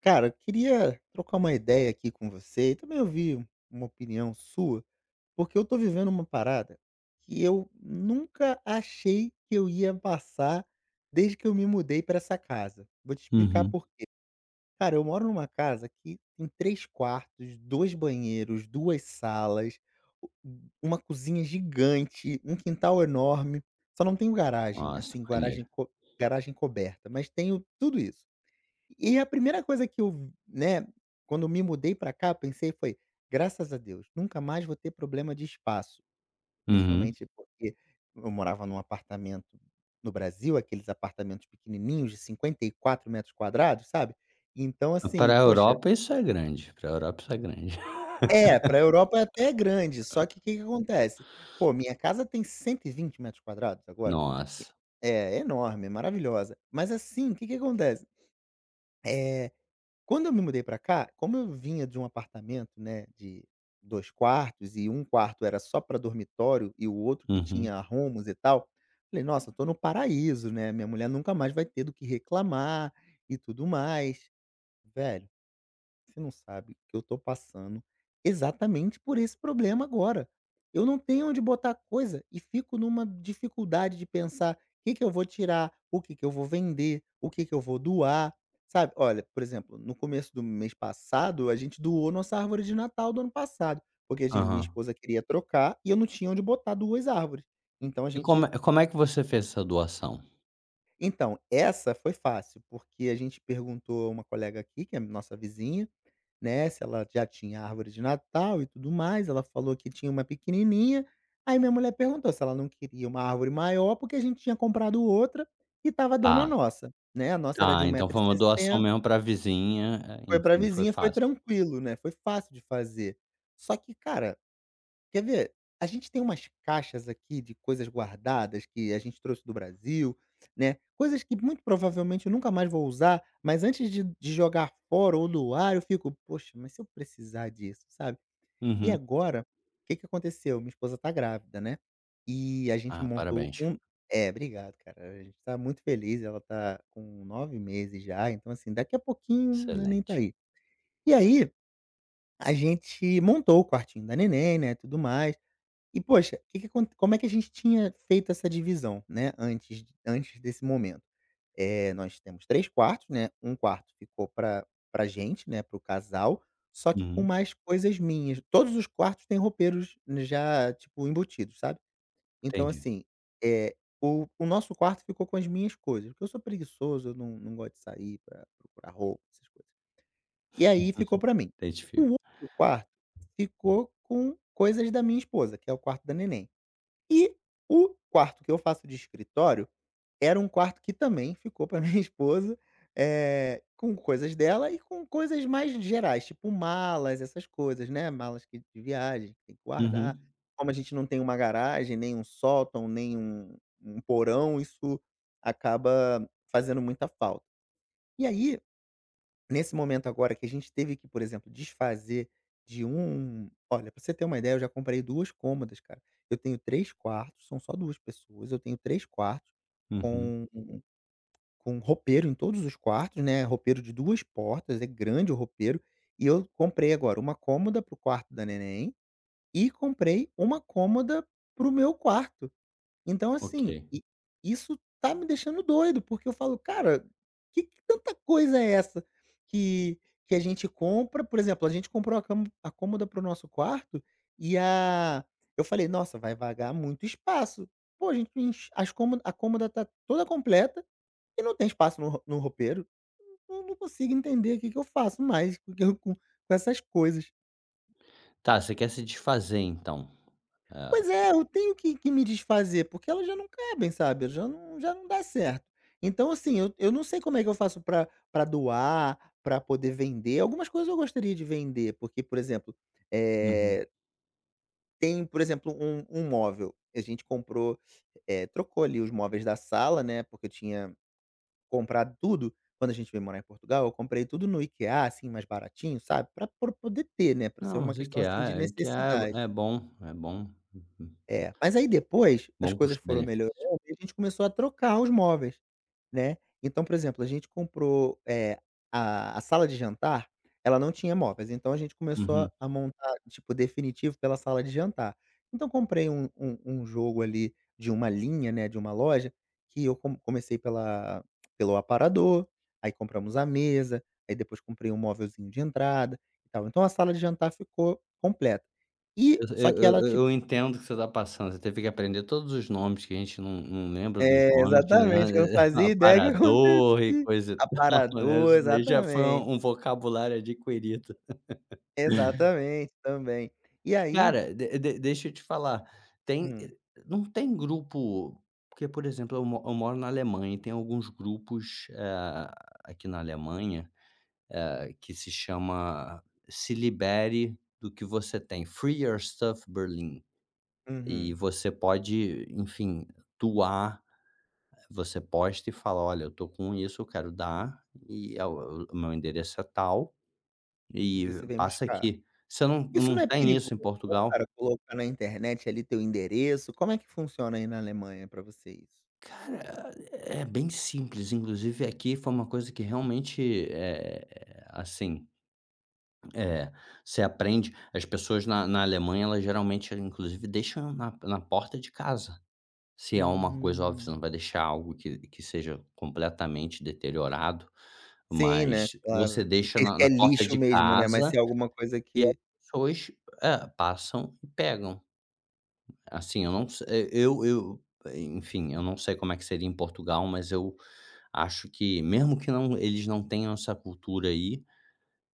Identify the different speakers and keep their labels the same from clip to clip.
Speaker 1: Cara, eu queria trocar uma ideia aqui com você e também ouvir uma opinião sua, porque eu tô vivendo uma parada que eu nunca achei que eu ia passar desde que eu me mudei pra essa casa. Vou te explicar
Speaker 2: Uhum.
Speaker 1: por quê. Cara, eu moro numa casa que tem 3 quartos, 2 banheiros, 2 salas, u uma cozinha gigante, um quintal enorme, só não tenho garagem,
Speaker 2: Nossa,
Speaker 1: assim,
Speaker 2: maneiro.
Speaker 1: garagem coberta, mas tenho tudo isso. E a primeira coisa que eu, né, quando eu me mudei pra cá, pensei foi: "Graças a Deus, nunca mais vou ter problema de espaço",
Speaker 2: Uhum.
Speaker 1: principalmente porque eu morava num apartamento no Brasil, aqueles apartamentos pequenininhos de 54 metros quadrados, sabe. Então
Speaker 2: Para
Speaker 1: assim,
Speaker 2: a
Speaker 1: poxa,
Speaker 2: Europa isso é grande, para a Europa isso é grande.
Speaker 1: é, pra Europa até é grande, só que o que que acontece? Pô, minha casa tem 120 metros quadrados agora.
Speaker 2: Nossa.
Speaker 1: É, é enorme, é maravilhosa. Mas assim, o que que acontece? Eh Quando eu me mudei pra cá, como eu vinha de um apartamento, né, de 2 quartos e um quarto era só pra dormitório e o outro que
Speaker 2: Uhum.
Speaker 1: tinha arrumos e tal, falei: "Nossa, tô no paraíso, né, minha mulher nunca mais vai ter do que reclamar e tudo mais". Velho, você não sabe que eu tô passando exatamente por esse problema agora. Eu não tenho onde botar coisa e fico numa dificuldade de pensar o que, que eu vou tirar, o que, que eu vou vender, o que, que eu vou doar. Sabe? Olha, por exemplo, no começo do mês passado, a gente doou nossa árvore de Natal do ano passado, porque a gente, minha
Speaker 2: Aham.
Speaker 1: esposa queria trocar e eu não tinha onde botar duas árvores. Então a
Speaker 2: E como
Speaker 1: gente.
Speaker 2: é que você fez essa doação?
Speaker 1: Então, essa foi fácil, porque a gente perguntou a uma colega aqui, que é nossa vizinha, né, se ela já tinha árvore de Natal e tudo mais, ela falou que tinha uma pequenininha, aí minha mulher perguntou se ela não queria uma árvore maior, porque a gente tinha comprado outra e estava dando a
Speaker 2: Tá,
Speaker 1: nossa, né, a nossa era de
Speaker 2: tá,
Speaker 1: um
Speaker 2: então
Speaker 1: metro e
Speaker 2: foi uma doação
Speaker 1: sessenta,
Speaker 2: mesmo para vizinha,
Speaker 1: foi pra
Speaker 2: enfim, foi
Speaker 1: vizinha, foi
Speaker 2: fácil.
Speaker 1: tranquilo, né, foi fácil de fazer. Só que, cara. Quer ver? A gente tem umas caixas aqui de coisas guardadas que a gente trouxe do Brasil, né, coisas que muito provavelmente eu nunca mais vou usar, mas antes de jogar fora ou doar, eu fico: "Poxa, mas se eu precisar disso", sabe. E
Speaker 2: Uhum.
Speaker 1: agora, o que que aconteceu? Minha esposa tá grávida, né, e a gente
Speaker 2: Ah,
Speaker 1: montou
Speaker 2: parabéns.
Speaker 1: um. É, obrigado, cara. A gente tá muito feliz, ela tá com 9 meses já, então, assim, daqui a pouquinho o neném tá
Speaker 2: Excelente.
Speaker 1: aí. E aí, a gente montou o quartinho da neném, né, tudo mais, e poxa, que acon como é que a gente tinha feito essa divisão, né, antes desse momento? Nós temos 3 quartos, né. Um quarto ficou pra gente, né, para o casal, só que com
Speaker 2: Uhum.
Speaker 1: mais coisas minhas. Todos os quartos têm roupeiros já, tipo, embutidos, sabe. Então
Speaker 2: Entendi,
Speaker 1: assim, eh, o nosso quarto ficou com as minhas coisas, porque eu sou preguiçoso, eu não gosto de sair pra procurar roupa, essas coisas. E aí ficou pra mim.
Speaker 2: identifico.
Speaker 1: O outro quarto ficou com coisas da minha esposa, que é o quarto da neném. E o quarto que eu faço de escritório, era um quarto que também ficou para minha esposa, com coisas dela e com coisas mais gerais, tipo malas, essas coisas, né, malas que de viagem que tem que guardar.
Speaker 2: Uhum,
Speaker 1: Como a gente não tem uma garagem, nem um sótão, nem um porão, isso acaba fazendo muita falta. E aí, nesse momento agora que a gente teve que, por exemplo, desfazer de um. Olha, pra você ter uma ideia, eu já comprei 2 cômodas, cara. Eu tenho 3 quartos, são só 2 pessoas, eu tenho 3 quartos
Speaker 2: uhum.
Speaker 1: com com roupeiro em todos os quartos, né, roupeiro de 2 portas, é grande o roupeiro, e eu comprei agora uma cômoda para o quarto da neném e comprei uma cômoda para o meu quarto. Então
Speaker 2: Ok.
Speaker 1: assim, i isso tá me deixando doido, porque eu falo: "Cara, que tanta coisa é essa que que a gente compra?" Por exemplo, a gente comprou a cômoda para o nosso quarto e a eu falei: "Nossa, vai vagar muito espaço." Pô, a gente enche as cômo a cômoda tá toda completa e não tem espaço no roupeiro. Não consigo entender o que que eu faço mais com com essas coisas.
Speaker 2: Tá, você quer se desfazer então. É.
Speaker 1: Pois é, eu tenho que me desfazer, porque elas já não cabem, sabe, já não dá certo. Então, assim, eu não sei como é que eu faço pra doar, pra poder vender. Algumas coisas eu gostaria de vender, porque, por exemplo,
Speaker 2: Uhum.
Speaker 1: eh, tem, por exemplo, um móvel, a gente comprou, trocou ali os móveis da sala, né, porque eu tinha comprado tudo quando a gente veio morar em Portugal, eu comprei tudo no IKEA, assim, mais baratinho, sabe, pra poder ter, né, pra ser
Speaker 2: Não,
Speaker 1: uma
Speaker 2: mas
Speaker 1: questão, assim, de
Speaker 2: IKEA
Speaker 1: necessidade.
Speaker 2: é bom, é bom. Uhum.
Speaker 1: É, mas aí depois as
Speaker 2: Bom
Speaker 1: coisas foram
Speaker 2: custo-benefício.
Speaker 1: melhorando e a gente começou a trocar os móveis, né. Então, por exemplo, a gente comprou, a sala de jantar, ela não tinha móveis, então a gente começou
Speaker 2: Uhum.
Speaker 1: a montar, tipo, definitivo pela sala de jantar. Então comprei um jogo ali de uma linha, né, de uma loja, que eu comecei pela pelo aparador, aí compramos a mesa, aí depois comprei um móvelzinho de entrada e tal. Então a sala de jantar ficou completa. E
Speaker 2: Eu
Speaker 1: só que
Speaker 2: eu
Speaker 1: ela
Speaker 2: eu
Speaker 1: tipo.
Speaker 2: entendo o que você está passando, você teve que aprender todos os nomes que a gente não lembra dos
Speaker 1: É,
Speaker 2: nomes,
Speaker 1: exatamente, que eu não
Speaker 2: né,
Speaker 1: fazia ideia que acontecia.
Speaker 2: aparador e coisa e tal, né,
Speaker 1: Aparador,
Speaker 2: isso daí já foi
Speaker 1: exatamente.
Speaker 2: um vocabulário adquirido.
Speaker 1: Exatamente, também. E aí.
Speaker 2: Cara, de deixa eu te falar, tem
Speaker 1: Hum.
Speaker 2: não tem grupo porque, por exemplo, eu moro na Alemanha e tem alguns grupos, aqui na Alemanha, que se chama Se Libere do que Você Tem, Free Your Stuff Berlin. E
Speaker 1: Uhum.
Speaker 2: você pode, enfim, doar, você posta e fala: "Olha, eu tô com isso, eu quero dar e é o meu endereço é tal
Speaker 1: E
Speaker 2: e
Speaker 1: você vem
Speaker 2: passa
Speaker 1: buscar.
Speaker 2: aqui". Você não
Speaker 1: Isso
Speaker 2: não
Speaker 1: não é
Speaker 2: tem
Speaker 1: perigoso
Speaker 2: isso em
Speaker 1: não,
Speaker 2: Portugal?
Speaker 1: cara, colocar na internet ali teu endereço? Como é que funciona aí na Alemanha pra você isso?
Speaker 2: Cara, é bem simples, inclusive aqui foi uma coisa que realmente, assim, eh, você aprende, as pessoas na Alemanha, elas geralmente, inclusive, deixam na porta de casa. Se é uma coisa, óbvio, você não
Speaker 1: Hum.
Speaker 2: vai deixar algo que seja completamente deteriorado,
Speaker 1: Sim, né,
Speaker 2: mas você
Speaker 1: claro. O
Speaker 2: deixa
Speaker 1: que que
Speaker 2: na
Speaker 1: é
Speaker 2: porta
Speaker 1: lixo
Speaker 2: de
Speaker 1: mesmo, né, mas
Speaker 2: casa
Speaker 1: se é alguma coisa
Speaker 2: e as
Speaker 1: que
Speaker 2: pessoas, é, passam e pegam. Assim, eu não se eu eu enfim, eu não sei como é que seria em Portugal, mas eu acho que mesmo que não, eles não tenham essa cultura aí,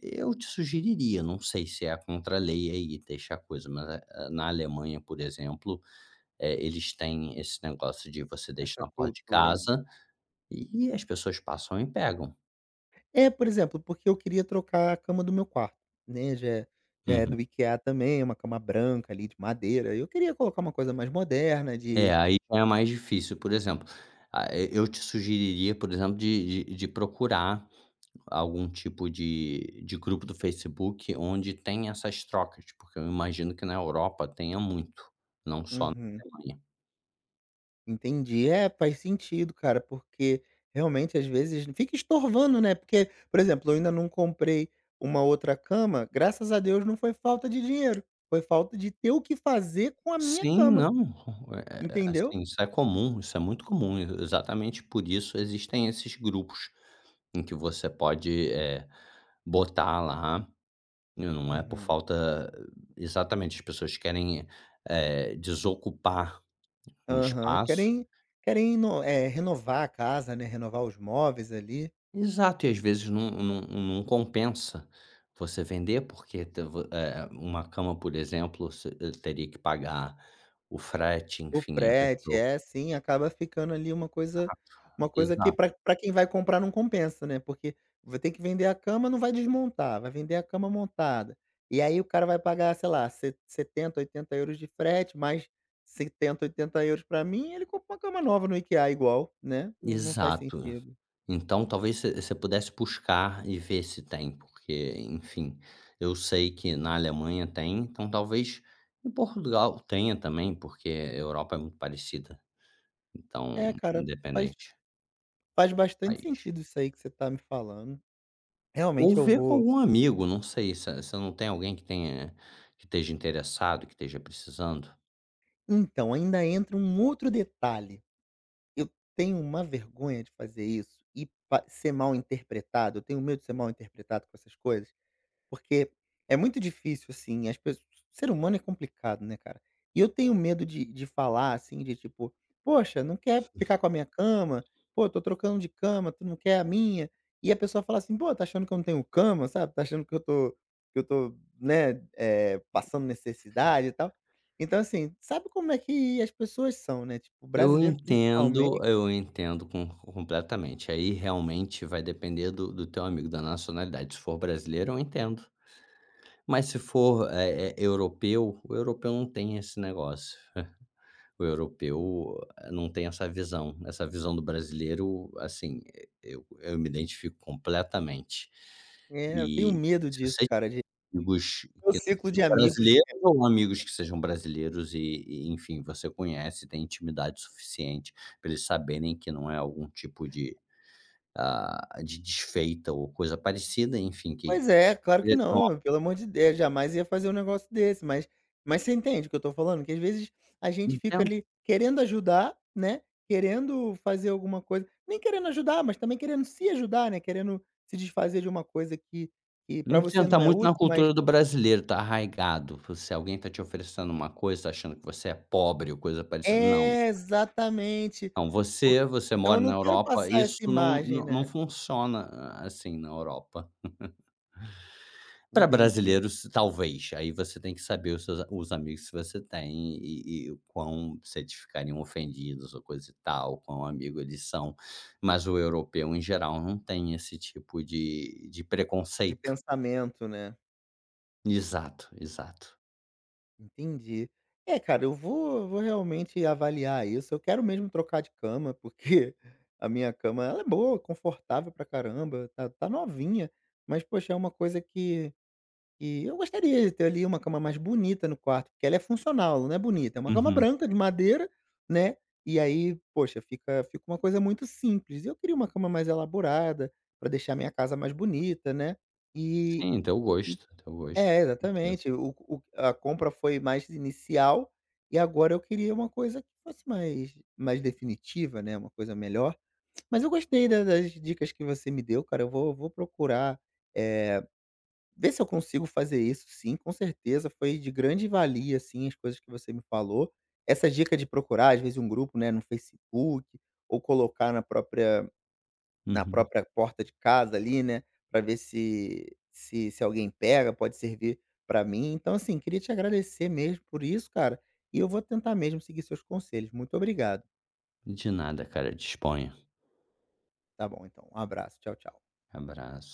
Speaker 2: eu te sugeriria, não sei se é contra a lei aí, deixar a coisa, mas, na Alemanha, por exemplo, eles têm esse negócio de você deixa
Speaker 1: essa
Speaker 2: na porta de
Speaker 1: cultura, né.
Speaker 2: casa. E as pessoas passam e pegam.
Speaker 1: É, por exemplo, porque eu queria trocar a cama do meu quarto, né, já é
Speaker 2: Uhum.
Speaker 1: do IKEA também, é uma cama branca ali de madeira, eu queria colocar uma coisa mais moderna
Speaker 2: É,
Speaker 1: de.
Speaker 2: aí já é mais difícil, por exemplo, ah, e eu te sugeriria, por exemplo, de procurar algum tipo de grupo do Facebook onde tem essas trocas, porque eu imagino que na Europa tenha muito, não só na
Speaker 1: Uhum,
Speaker 2: Alemanha.
Speaker 1: entendi. É, faz sentido, cara, porque realmente às vezes fica estorvando, né, porque, por exemplo, eu ainda não comprei uma outra cama, graças a Deus não foi falta de dinheiro, foi falta de ter o que fazer com a minha
Speaker 2: Sim,
Speaker 1: cama,
Speaker 2: não,
Speaker 1: entendeu?
Speaker 2: assim, isso é comum, isso é muito comum, e exatamente por isso existem esses grupos em que você pode, botar lá. Não é por
Speaker 1: Uhum.
Speaker 2: falta, exatamente, as pessoas querem, desocupar um
Speaker 1: Aham,
Speaker 2: espaço.
Speaker 1: querem ino renovar a casa, né, renovar os móveis ali.
Speaker 2: Exato, e às vezes não compensa você vender, porque uma cama, por exemplo, você teria que pagar o frete,
Speaker 1: O
Speaker 2: enfim, a
Speaker 1: frete,
Speaker 2: pessoa.
Speaker 1: é sim, acaba ficando ali uma coisa, que
Speaker 2: Exato,
Speaker 1: pra quem vai comprar não compensa, né, porque vai ter que vender a cama, não vai desmontar, vai vender a cama montada. E aí o cara vai pagar, sei lá, se 70, 80 € de frete, mais 70, 80 euros pra mim, ele compra uma cama nova no IKEA igual, né, não faz
Speaker 2: exato.
Speaker 1: sentido.
Speaker 2: Então talvez você pudesse buscar e ver se tem, porque, enfim, eu sei que na Alemanha tem, então talvez em Portugal tenha também, porque a Europa é muito parecida, então
Speaker 1: É cara, faz
Speaker 2: independente do
Speaker 1: faz bastante
Speaker 2: país.
Speaker 1: sentido isso aí que você tá me falando.
Speaker 2: Ou
Speaker 1: Realmente eu
Speaker 2: ver com
Speaker 1: vou.
Speaker 2: algum amigo, não sei, se você não tem alguém que tenha que esteja interessado, que esteja precisando?
Speaker 1: Então, ainda entra um outro detalhe. Eu tenho uma vergonha de fazer isso e pa ser mal interpretado, eu tenho medo de ser mal interpretado com essas coisas, porque é muito difícil, assim, as pessoas, ser humano é complicado, né, cara. E eu tenho medo de falar, assim, de tipo: "Poxa, não quer ficar com a minha cama? Pô, tô trocando de cama, tu não quer a minha?" E a pessoa fala assim: "Pô, tá achando que eu não tenho cama, sabe, tá achando que eu tô, né, passando necessidade e tal". Então, assim, sabe como é que as pessoas são, né, tipo, o brasileiro principalmente.
Speaker 2: Eu entendo com completamente, aí realmente vai depender do teu amigo, da nacionalidade, se for brasileiro eu entendo. Mas se for, europeu, o europeu não tem esse negócio. O europeu, não tem essa visão. Essa visão do brasileiro, assim, eu me identifico completamente.
Speaker 1: É, eu tenho
Speaker 2: E
Speaker 1: medo
Speaker 2: se você
Speaker 1: disso,
Speaker 2: tem
Speaker 1: cara, de.
Speaker 2: amigos
Speaker 1: O
Speaker 2: que
Speaker 1: ciclo de
Speaker 2: são
Speaker 1: amigos.
Speaker 2: brasileiros ou amigos que sejam brasileiros e, enfim, você conhece, tem intimidade suficiente para eles saberem que não é algum tipo de, ah, de desfeita ou coisa parecida, enfim, que
Speaker 1: Pois é, claro que
Speaker 2: eles
Speaker 1: não, pelo amor de Deus, jamais ia fazer um negócio desse, mas você entende o que eu tô falando? Que às vezes a gente fica
Speaker 2: não.
Speaker 1: ali querendo ajudar, né, querendo fazer alguma coisa, nem querendo ajudar, mas também querendo se ajudar, né, querendo se desfazer de uma coisa que
Speaker 2: Não
Speaker 1: para
Speaker 2: precisa,
Speaker 1: você
Speaker 2: tá
Speaker 1: não é
Speaker 2: muito na
Speaker 1: útil, mas.
Speaker 2: cultura do brasileiro, tá arraigado. Se alguém tá te oferecendo uma coisa, tá achando que você é pobre ou coisa parecida, não.
Speaker 1: É, exatamente.
Speaker 2: Não,
Speaker 1: Por
Speaker 2: você
Speaker 1: então
Speaker 2: mora
Speaker 1: eu
Speaker 2: na
Speaker 1: não quero
Speaker 2: Europa,
Speaker 1: passar essa
Speaker 2: isso não
Speaker 1: imagem,
Speaker 2: não não
Speaker 1: né.
Speaker 2: funciona a assim na Europa. Para
Speaker 1: Entendi,
Speaker 2: brasileiros, talvez, aí você tem que saber os seus, os amigos que você tem e o quão, se eles ficariam ofendidos ou coisa e tal, quão amigo eles são. Mas o europeu, em geral, não tem esse tipo de
Speaker 1: de
Speaker 2: preconceito.
Speaker 1: pensamento, né.
Speaker 2: Exato, exato.
Speaker 1: Entendi. É, cara, eu vou realmente avaliar isso. Eu quero mesmo trocar de cama, porque a minha cama, ela é boa, confortável pra caramba, tá novinha, mas, poxa, é uma coisa que eu gostaria de ter ali uma cama mais bonita no quarto, porque ela é funcional, ela não é bonita, é uma cama
Speaker 2: Uhum.
Speaker 1: branca de madeira, né, e aí, poxa, fica uma coisa muito simples. Eu queria uma cama mais elaborada, pra deixar a minha casa mais bonita, né, e.
Speaker 2: Sim, teu gosto,
Speaker 1: É,
Speaker 2: com certeza.
Speaker 1: exatamente. O A compra foi mais inicial, e agora eu queria uma coisa que fosse mais definitiva, né, uma coisa melhor. Mas eu gostei da das dicas que você me deu, cara. Eu vou procurar, eh, ver se eu consigo fazer isso sim, com certeza. Foi de grande valia, assim, as coisas que você me falou. Essa dica de procurar, às vezes, um grupo, né, no Facebook, ou colocar na própria
Speaker 2: Uhum.
Speaker 1: porta de casa ali, né, para ver se alguém pega, pode servir para mim. Então, assim, queria te agradecer mesmo por isso, cara, e eu vou tentar mesmo seguir seus conselhos. Muito obrigado.
Speaker 2: De nada, cara, disponha.
Speaker 1: Tá bom, então. Um abraço. Tchau, tchau.
Speaker 2: Abraço.